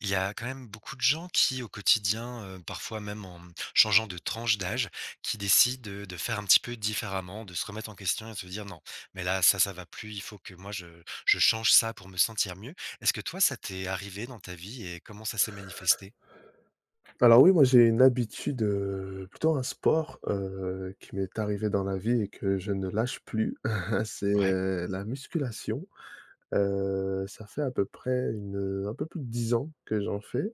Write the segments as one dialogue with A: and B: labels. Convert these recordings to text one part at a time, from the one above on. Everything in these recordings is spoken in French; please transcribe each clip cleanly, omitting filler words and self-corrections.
A: Il y a quand même beaucoup de gens qui, au quotidien, parfois même en changeant de tranche d'âge, qui décident, de faire un petit peu différemment, de se remettre en question et de se dire: «Non, mais là, ça va plus, il faut que moi je change ça pour me sentir mieux». Est-ce que toi, ça t'est arrivé dans ta vie et comment ça s'est manifesté?
B: Alors oui, moi j'ai une habitude, plutôt un sport, qui m'est arrivé dans la vie et que je ne lâche plus, c'est,
A: Ouais,
B: la musculation. Ça fait à peu près un peu plus de 10 ans que j'en fais.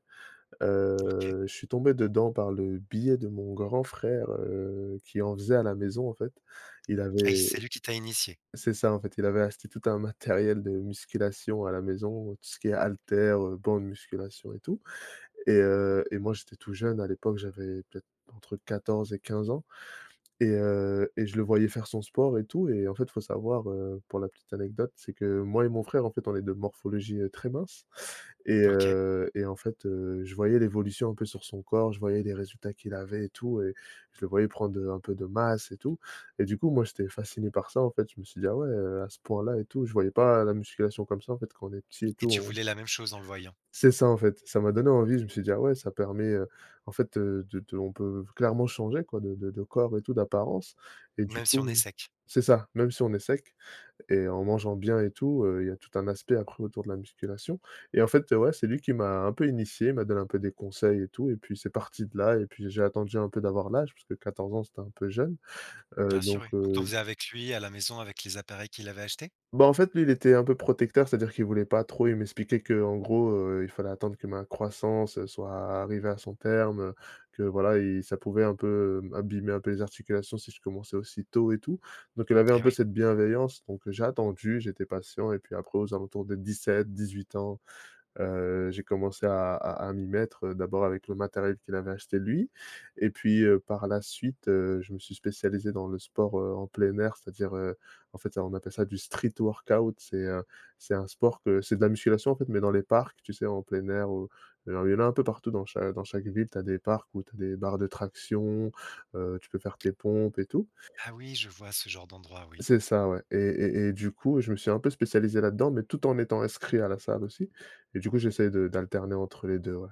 A: OK.
B: Je suis tombé dedans par le biais de mon grand frère, qui en faisait à la maison en fait. Il
A: Ah il
B: avait
A: c'est lui qui t'a initié?
B: c'est ça en fait, il avait acheté tout un matériel de musculation à la maison, tout ce qui est haltères, bancs de musculation et tout. Et moi, j'étais tout jeune à l'époque, j'avais peut-être entre 14 et 15 ans et je le voyais faire son sport et tout. Et en fait, faut savoir, pour la petite anecdote, c'est que moi et mon frère, en fait, on est de morphologie, très mince. Et
A: OK,
B: et en fait, je voyais l'évolution un peu sur son corps, je voyais les résultats qu'il avait et tout, et je le voyais prendre un peu de masse et tout, et du coup, moi, j'étais fasciné par ça, en fait. Je me suis dit: «Ah ouais, à ce point-là et tout». Je voyais pas la musculation comme ça, en fait, quand on est petit et
A: et tu
B: tout,
A: voulais la même chose en le voyant?
B: c'est ça, en fait. Ça m'a donné envie, je me suis dit: «Ah ouais, ça permet, en fait, de on peut clairement changer quoi de corps et tout, d'apparence», et du
A: Même si on est
B: coup
A: sec?
B: c'est ça, même si on est sec, et en mangeant bien et tout, il y a tout un aspect après autour de la musculation. Et en fait, ouais, c'est lui qui m'a un peu initié, il m'a donné un peu des conseils et tout, et puis c'est parti de là, et puis j'ai attendu un peu d'avoir l'âge parce que 14 ans, c'était un peu jeune, heu,
A: Bien sûr, oui.
B: donc
A: Donc tu en
B: heu
A: faisais avec lui, à la maison, avec les appareils qu'il avait achetés?
B: Bah, en fait, lui, il était un peu protecteur, c'est-à-dire qu'il voulait pas trop. Il m'expliquait que en gros, il fallait attendre que ma croissance, soit arrivée à son terme, que voilà, il ça pouvait un peu, abîmer un peu les articulations si je commençais aussi tôt et tout. Donc il avait un
A: Ah
B: peu
A: oui.
B: cette bienveillance, donc j'ai attendu, j'étais patient, et puis après aux alentours de dix huit ans, j'ai commencé à m'y mettre, d'abord avec le matériel qu'il avait acheté lui, et puis, par la suite, je me suis spécialisé dans le sport, en plein air, c'est-à-dire, en fait, on appelle ça du street workout. C'est un sport que c'est de la musculation, en fait, mais dans les parcs, tu sais, en plein air où il y en a un peu partout dans chaque ville, tu as des parcs où tu as des barres de traction, tu peux faire tes pompes et tout.
A: Ah oui, je vois ce genre d'endroit, oui.
B: C'est ça, ouais, et du coup, je me suis un peu spécialisé là-dedans, mais tout en étant inscrit à la salle aussi, et du coup, j'essaie de d'alterner entre les deux, ouais.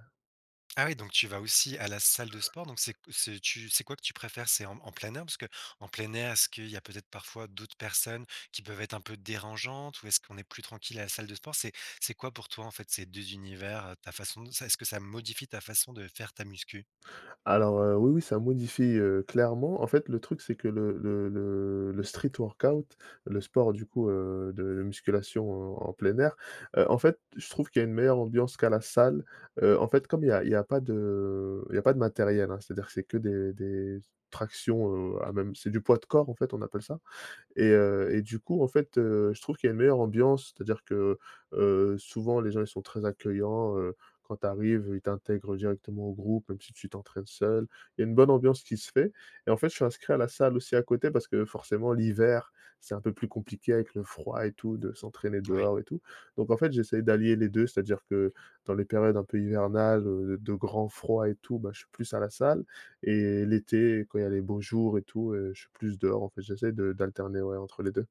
A: Ah oui, donc tu vas aussi à la salle de sport. Donc c'est quoi que tu préfères? C'est en plein air? Parce que en plein air, est-ce qu'il y a peut-être parfois d'autres personnes qui peuvent être un peu dérangeantes, ou est-ce qu'on est plus tranquille à la salle de sport? C'est quoi pour toi, en fait, ces 2 univers, ta façon de ça, est-ce que ça modifie ta façon de faire ta muscu?
B: Alors, oui, oui, ça modifie, clairement. En fait, le truc, c'est que le street workout, le sport, du coup, de musculation en plein air, en fait, je trouve qu'il y a une meilleure ambiance qu'à la salle. En fait, comme il y a pas de il y a pas de matériel, hein, c'est-à-dire que c'est que des tractions, à même c'est du poids de corps, en fait, on appelle ça. Et du coup, en fait, je trouve qu'il y a une meilleure ambiance, c'est-à-dire que, souvent les gens ils sont très accueillants, quand tu arrives, ils t'intègrent directement au groupe, même si tu t'entraînes seul. Il y a une bonne ambiance qui se fait, et en fait, je suis inscrit à la salle aussi à côté parce que forcément l'hiver, c'est un peu plus compliqué avec le froid et tout de s'entraîner
A: Ouais.
B: dehors et tout. Donc en fait, j'essaye d'allier les 2, c'est-à-dire que dans les périodes un peu hivernales, de grand froid et tout, bah, je suis plus à la salle, et l'été, quand il y a les beaux jours et tout, je suis plus dehors en fait. J'essaie de d'alterner, ouais, entre les 2.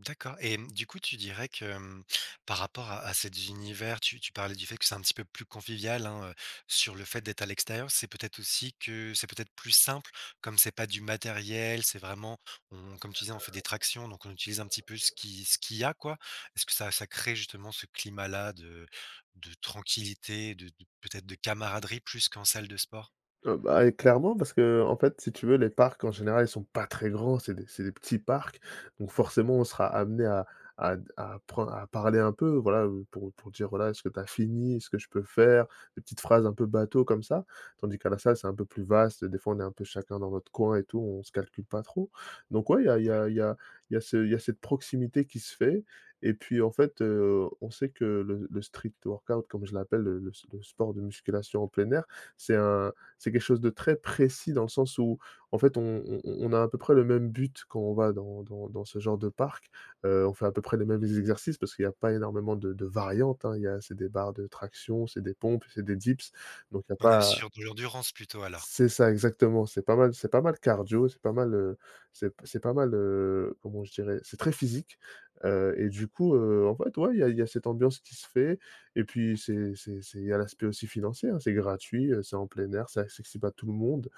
A: D'accord. Et mmh, du coup, tu dirais que, par rapport à cet univers, tu parlais du fait que c'est un petit peu plus convivial, hein, sur le fait d'être à l'extérieur. C'est peut-être aussi que c'est peut-être plus simple, comme c'est pas du matériel, c'est vraiment on comme tu disais, on fait des tractions, donc on utilise un petit peu ce qu'il y a, quoi. Est-ce que ça crée justement ce climat-là de tranquillité, de peut-être de camaraderie plus qu'en salle de sport?
B: Bah, et clairement parce que en fait, si tu veux, les parcs en général, ils sont pas très grands, c'est des petits parcs, donc forcément on sera amené à parler un peu, voilà, pour dire, voilà: «Est-ce que tu as fini? Est-ce que je peux faire?», des petites phrases un peu bateau comme ça. Tandis qu'à la salle, c'est un peu plus vaste, des fois on est un peu chacun dans notre coin et tout, on se calcule pas trop. Donc ouais, il y a il y a il y a il y a ce il y a cette proximité qui se fait, et puis en fait, on sait que le street workout comme je l'appelle, le sport de musculation en plein air, c'est un c'est quelque chose de très précis dans le sens où, en fait, on a à peu près le même but quand on va dans ce genre de parc. On fait à peu près les mêmes exercices parce qu'il n'y a pas énormément de variantes, hein. Il y a c'est des barres de traction, c'est des pompes, c'est des dips, donc il n'y a
A: On est
B: pas.
A: sur de l'endurance plutôt, alors?
B: C'est ça, exactement. C'est pas mal cardio, c'est pas mal, comment je dirais? C'est très physique, et du coup, en fait, ouais, il y a cette ambiance qui se fait, et puis c'est il y a l'aspect aussi financier, hein. C'est gratuit, c'est en plein air, c'est accessible à tout le monde,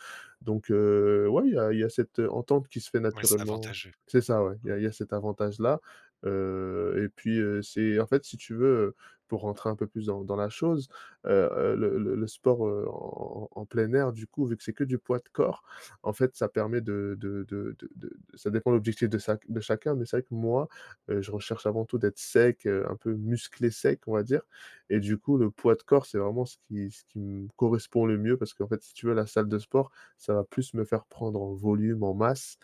B: donc ouais, il y a cette entente qui se fait
A: Ouais, c'est
B: naturellement.
A: avantageux.
B: C'est ça, ouais.
A: Mmh.
B: Il y a cet avantage-là, et puis, c'est en fait, si tu veux, pour rentrer un peu plus dans la chose, le sport, en plein air, du coup, vu que c'est que du poids de corps, en fait, ça permet ça dépend de l'objectif de sac de chacun, mais c'est vrai que moi, je recherche avant tout d'être sec, un peu musclé sec, on va dire, et du coup, le poids de corps, c'est vraiment ce qui me correspond le mieux parce qu'en fait, si tu veux, la salle de sport, ça va plus me faire prendre en volume, en masse,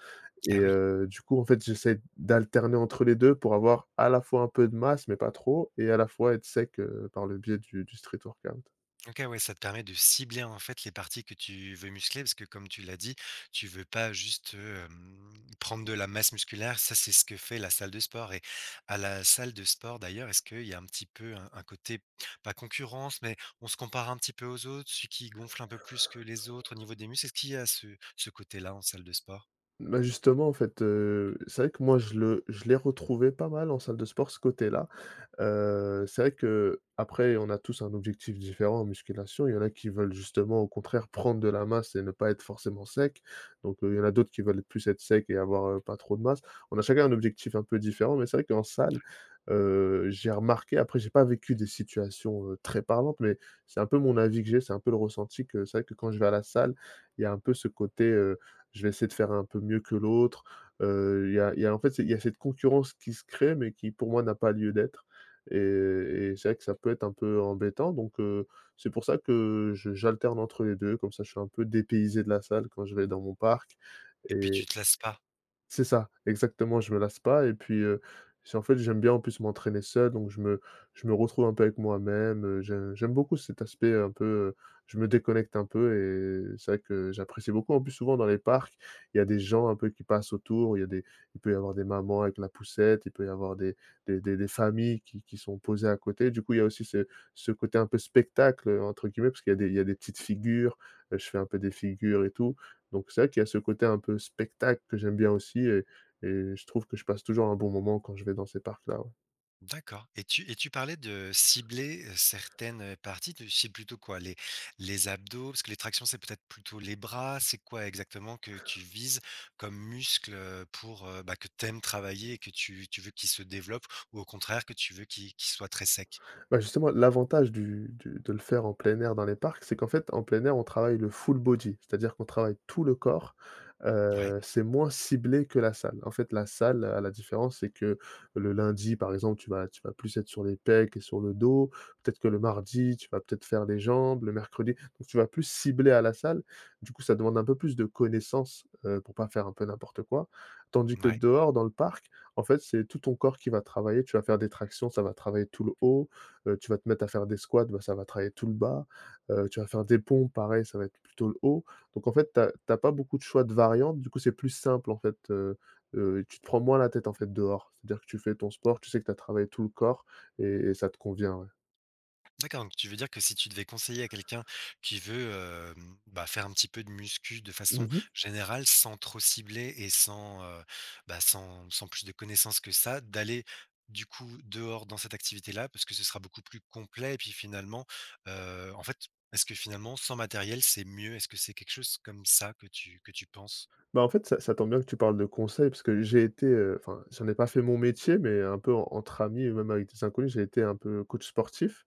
B: et
A: Ah oui.
B: du coup, en fait, j'essaie d'alterner entre les 2 pour avoir à la fois un peu de masse, mais pas trop, et à la fois être sec, par le biais du street workout.
A: OK, ouais, ça te permet de cibler, en fait, les parties que tu veux muscler, parce que comme tu l'as dit, tu veux pas juste, prendre de la masse musculaire. Ça, c'est ce que fait la salle de sport. Et à la salle de sport, d'ailleurs, est-ce qu'il y a un petit peu un côté, pas concurrence, mais on se compare un petit peu aux autres, celui qui gonfle un peu plus que les autres au niveau des muscles? Est-ce qu'il y a ce côté-là en salle de sport?
B: Bah, justement, en fait, c'est vrai que moi je l'ai retrouvé pas mal en salle de sport, ce côté-là. C'est vrai que après, on a tous un objectif différent en musculation. Il y en a qui veulent justement, au contraire, prendre de la masse et ne pas être forcément sec. Donc, il y en a d'autres qui veulent plus être sec et avoir, pas trop de masse. On a chacun un objectif un peu différent, mais c'est vrai qu'en salle, j'ai remarqué, après j'ai pas vécu des situations, très parlantes, mais c'est un peu mon avis que j'ai, c'est un peu le ressenti que c'est vrai que quand je vais à la salle, il y a un peu ce côté, je vais essayer de faire un peu mieux que l'autre. Il y a en fait, c'est il y a cette concurrence qui se crée, mais qui pour moi n'a pas lieu d'être. Et c'est vrai que ça peut être un peu embêtant, donc c'est pour ça que je j'alterne entre les deux, comme ça je suis un peu dépaysé de la salle quand je vais dans mon parc
A: Et puis tu
B: et
A: te lasses pas?
B: c'est ça, exactement, je me lasse pas, et puis, c'est en fait, j'aime bien en plus m'entraîner seul, donc je me retrouve un peu avec moi-même, j'aime beaucoup cet aspect un peu, je me déconnecte un peu, et c'est vrai que j'apprécie beaucoup. En plus, souvent dans les parcs, il y a des gens un peu qui passent autour, il y a des il peut y avoir des mamans avec la poussette, il peut y avoir des familles qui sont posées à côté. Du coup, il y a aussi ce côté un peu «spectacle», entre guillemets, parce qu'il y a des petites figures, je fais un peu des figures et tout. Donc c'est vrai qu'il y a ce côté un peu spectacle que j'aime bien aussi et je trouve que je passe toujours un bon moment quand je vais dans ces parcs-là, ouais.
A: D'accord. Et tu parlais de cibler, certaines, parties. Tu cibles plutôt quoi? Les abdos? Parce que les tractions, c'est peut-être plutôt les bras. C'est quoi exactement que tu vises comme muscle, pour, que tu aimes travailler et que tu veux qu'il se développe, ou au contraire que tu veux qu'il soit très sec?
B: Bah, justement, l'avantage du de le faire en plein air dans les parcs, c'est qu'en fait, en plein air, on travaille le full body, c'est-à-dire qu'on travaille tout le corps.
A: Ouais,
B: C'est moins ciblé que la salle. En fait, la salle, à la différence, c'est que le lundi, par exemple, tu vas plus être sur les pecs et sur le dos. Peut-être que le mardi, tu vas peut-être faire les jambes, le mercredi, donc tu vas plus cibler à la salle. Du coup, ça demande un peu plus de connaissances, pour pas faire un peu n'importe quoi. Tandis que
A: ouais.
B: dehors, dans le parc, en fait, c'est tout ton corps qui va travailler. Tu vas faire des tractions, ça va travailler tout le haut. Tu vas te mettre à faire des squats, bah, ça va travailler tout le bas, tu vas faire des pompes, pareil, ça va être plutôt le haut. Donc en fait, tu as pas beaucoup de choix de variantes, du coup, c'est plus simple, en fait, tu te prends moins la tête, en fait, dehors. C'est-à-dire que tu fais ton sport, tu sais que tu as travaillé tout le corps et ça te convient, ouais.
A: D'accord, donc tu veux dire que si tu devais conseiller à quelqu'un qui veut, faire un petit peu de muscu de façon
B: Mmh.
A: générale, sans trop cibler et sans, sans plus de connaissances que ça, d'aller du coup dehors dans cette activité-là, parce que ce sera beaucoup plus complet, et puis finalement, heu, en fait, est-ce que finalement sans matériel, c'est mieux? Est-ce que c'est quelque chose comme ça que tu penses?
B: Bah, en fait, ça tombe bien que tu parles de conseils parce que j'ai été, enfin, j'en ai pas fait mon métier, mais un peu en entre amis et même avec des inconnus, j'ai été un peu coach sportif.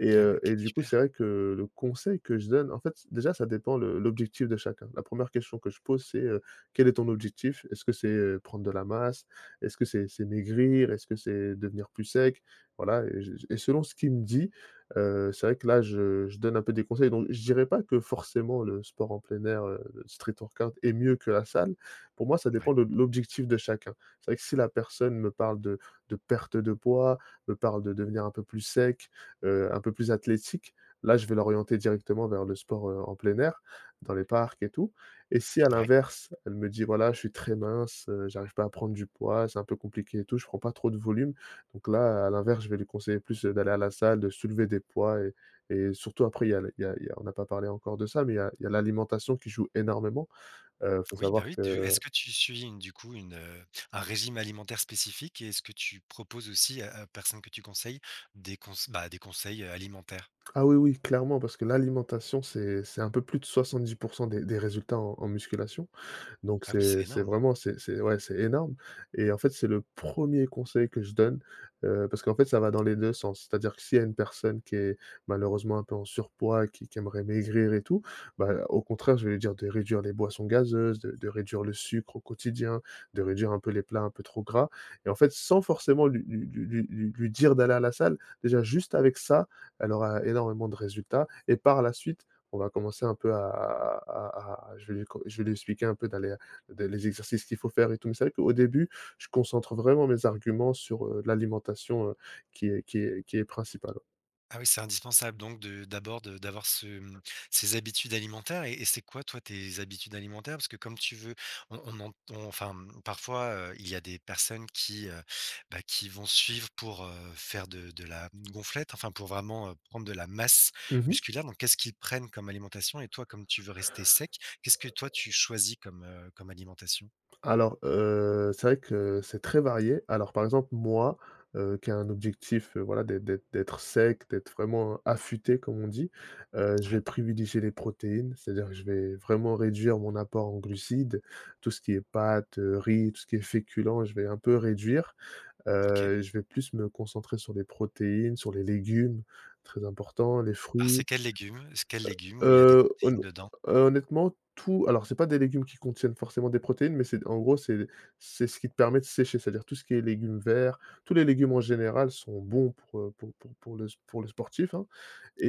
B: Et
A: Ah ouais,
B: heu
A: OK,
B: et du coup, c'est
A: super.
B: vrai que le conseil que je donne, en fait, déjà, ça dépend le l'objectif de chacun. La première question que je pose, c'est: «Quel est ton objectif? Est-ce que c'est, prendre de la masse? Est-ce que c'est maigrir? Est-ce que c'est devenir plus sec?» Voilà, et je et selon ce qu'il me dit, c'est vrai que là, je donne un peu des conseils. Donc je dirais pas que forcément le sport en plein air, le street workout est mieux que la salle. Pour moi, ça
A: Ouais,
B: dépend de l'objectif de chacun. C'est vrai que si la personne me parle de perte de poids, me parle de devenir un peu plus sec, un peu plus athlétique, là, je vais l'orienter directement vers le sport, en plein air, dans les parcs et tout. Et si à
A: ouais.
B: l'inverse, elle me dit: «Voilà, je suis très mince, j'arrive pas à prendre du poids, c'est un peu compliqué et tout, je prends pas trop de volume», donc là, à l'inverse, je vais lui conseiller plus, d'aller à la salle, de soulever des poids et surtout après il y a il y a il y a on n'a pas parlé encore de ça, mais il y a l'alimentation qui joue énormément, faut
A: Oui, bah
B: savoir
A: oui, tu
B: que
A: est-ce que tu suis une du coup une, un régime alimentaire spécifique, et est-ce que tu proposes aussi à personne que tu conseilles des conse bah, des conseils, alimentaires?
B: ah oui, oui, clairement, parce que l'alimentation, c'est un peu plus de 70 des résultats en musculation. Donc
A: Ah oui, c'est
B: c'est
A: énorme.
B: vraiment c'est, ouais, c'est énorme. Et en fait, c'est le premier conseil que je donne, parce qu'en fait, ça va dans les 2 sens. C'est-à-dire que s'il y a une personne qui est malheureusement un peu en surpoids, qui aimerait maigrir et tout, bah, au contraire, je vais lui dire de réduire les boissons gazeuses, de réduire le sucre au quotidien, de réduire un peu les plats un peu trop gras et en fait, sans forcément lui dire d'aller à la salle, déjà juste avec ça, elle aura énormément de résultats et par la suite, on va commencer un peu à je vais lui co Je vais lui expliquer un peu dans les de les exercices qu'il faut faire et tout, mais c'est vrai qu'au début, je concentre vraiment mes arguments sur, l'alimentation, qui est principale.
A: Ah oui, c'est indispensable donc de d'abord de d'avoir ce, mmh, ces habitudes alimentaires. Et c'est quoi toi tes habitudes alimentaires? Parce que comme tu veux, on ent on enfin, mmh, parfois, il y a des personnes qui, qui vont suivre pour, faire de la gonflette, enfin pour vraiment, prendre de la masse musculaire. Donc qu'est-ce qu'ils prennent comme alimentation? Et toi, comme tu veux rester sec, qu'est-ce que toi tu choisis comme, comme alimentation?
B: Alors, c'est vrai que c'est très varié. Alors, par exemple, moi, qui ai un objectif, voilà, d'être sec, d'être vraiment affûté, comme on dit, je
A: Ouais,
B: vais privilégier les protéines. C'est-à-dire que je vais vraiment réduire mon apport en glucides, tout ce qui est pâtes, riz, tout ce qui est féculents, je vais un peu réduire.
A: OK.
B: Je vais plus me concentrer sur les protéines, sur les légumes, très important, les
A: Alors c'est
B: fruits.
A: quels légumes? C'est quels légumes où il y a des
B: Heu,
A: protéines
B: honn
A: dedans?
B: Honnêtement, tout, alors c'est pas des légumes qui contiennent forcément des protéines, mais c'est en gros, c'est ce qui te permet de sécher. C'est-à-dire tout ce qui est légumes verts, tous les légumes en général sont bons pour le s pour le sportif, hein,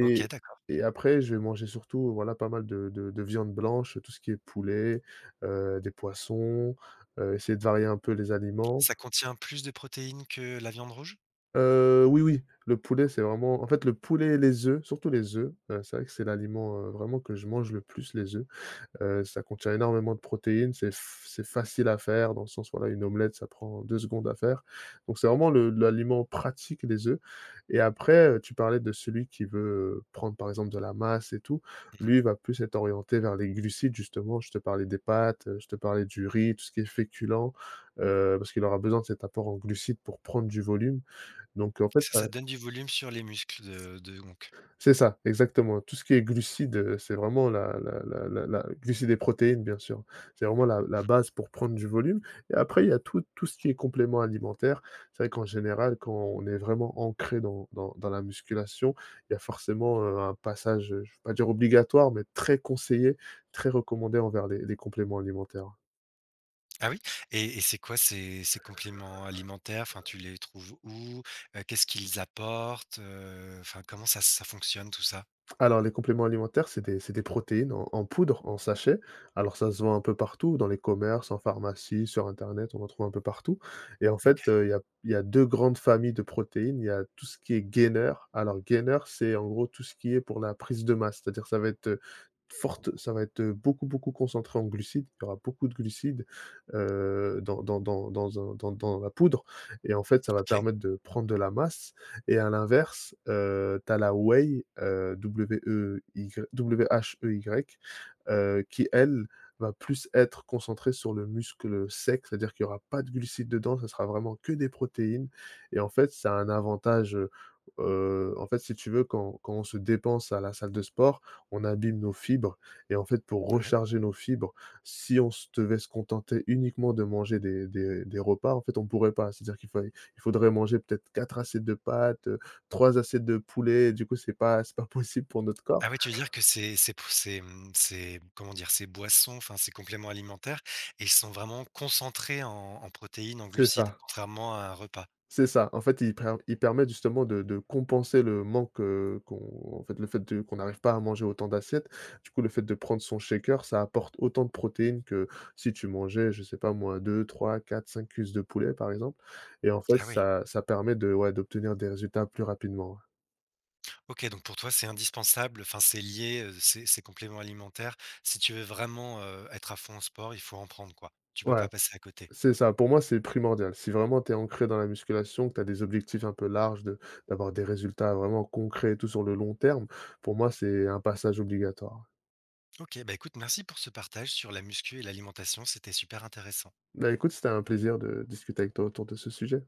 A: OK, d'accord.
B: et après je vais manger surtout, voilà, pas mal de viande blanche, tout ce qui est poulet, des poissons, essayer de varier un peu les aliments.
A: Ça contient plus de protéines que la viande rouge?
B: Oui, oui, le poulet, c'est vraiment en fait, le poulet et les œufs, surtout les œufs, c'est vrai que c'est l'aliment, vraiment que je mange le plus, les œufs. Ça contient énormément de protéines, c'est facile à faire dans le sens, voilà, une omelette, ça prend 2 secondes à faire. Donc c'est vraiment le l'aliment pratique des œufs. Et après, tu parlais de celui qui veut prendre, par exemple, de la masse et tout.
A: Mmh mh.
B: Lui, il va plus être orienté vers les glucides, justement. Je te parlais des pâtes, je te parlais du riz, tout ce qui est féculent, parce qu'il aura besoin de cet apport en glucides pour prendre du volume. Donc en fait,
A: Ça,
B: ça
A: ça donne du volume sur les muscles de donc.
B: c'est ça, exactement. Tout ce qui est glucides, c'est vraiment la glucides et protéines, bien sûr. C'est vraiment la base pour prendre du volume et après il y a tout ce qui est complément alimentaire. C'est vrai qu'en général, quand on est vraiment ancré dans la musculation, il y a forcément, un passage, je ne vais pas dire obligatoire, mais très conseillé, très recommandé envers les compléments alimentaires.
A: Ah oui? Et c'est quoi ces compléments alimentaires? Enfin, tu les trouves où? Qu'est-ce qu'ils apportent? Enfin, comment ça fonctionne tout ça?
B: Alors, les compléments alimentaires, c'est des protéines en poudre, en sachet. Alors, ça se vend un peu partout, dans les commerces, en pharmacie, sur Internet, on en trouve un peu partout. Et en
A: OK,
B: fait, il y a deux grandes familles de protéines. Il y a tout ce qui est gainer. Alors, gainer, c'est en gros tout ce qui est pour la prise de masse. C'est-à-dire, ça va être forte, ça va être beaucoup, beaucoup concentré en glucides. Il y aura beaucoup de glucides dans la poudre. Et en fait, ça va
A: OK,
B: permettre de prendre de la masse. Et à l'inverse, tu as la whey, WEY WHEY, qui elle, va plus être concentrée sur le muscle sec, c'est-à-dire qu'il y aura pas de glucides dedans, ça sera vraiment que des protéines et en fait, ça a un avantage, en fait, si tu veux, quand on se dépense à la salle de sport, on abîme nos fibres et en fait, pour
A: ouais.
B: recharger nos fibres, si on se devait se contenter uniquement de manger des repas, en fait, on pourrait pas. C'est-à-dire qu'il faudrait manger peut-être 4 assiettes de pâtes, 3 assiettes de poulet et du coup c'est pas c'est pas possible pour notre
A: Ah
B: corps.
A: oui, tu veux dire que mmh, ces comment dire? Ces boissons, enfin, ces compléments alimentaires, ils sont vraiment concentrés en protéines, en
B: C'est
A: glucides,
B: ça,
A: contrairement à un repas?
B: c'est ça. En fait, il per ils permettent justement de compenser le manque, qu'on en fait, le fait de qu'on n'arrive pas à manger autant d'assiettes. Du coup, le fait de prendre son shaker, ça apporte autant de protéines que si tu mangeais, je sais pas moi, 2-3-4-5 cuisses de poulet, par exemple, et en fait,
A: Ah oui.
B: ça permet de, ouais, d'obtenir des résultats plus rapidement, ouais.
A: OK, donc pour toi, c'est indispensable, enfin, c'est lié, ces compléments alimentaires. Si tu veux vraiment, être à fond au sport, il faut en prendre, quoi. Tu peux
B: Ouais.
A: pas passer à côté.
B: C'est ça, pour moi, c'est primordial. Si vraiment tu es ancré dans la musculation, que tu as des objectifs un peu larges de d'avoir des résultats vraiment concrets et tout sur le long terme, pour moi, c'est un passage obligatoire.
A: OK, bah, écoute, merci pour ce partage sur la muscu et l'alimentation, c'était super intéressant.
B: Bah, écoute, c'était un plaisir de discuter avec toi autour de ce sujet.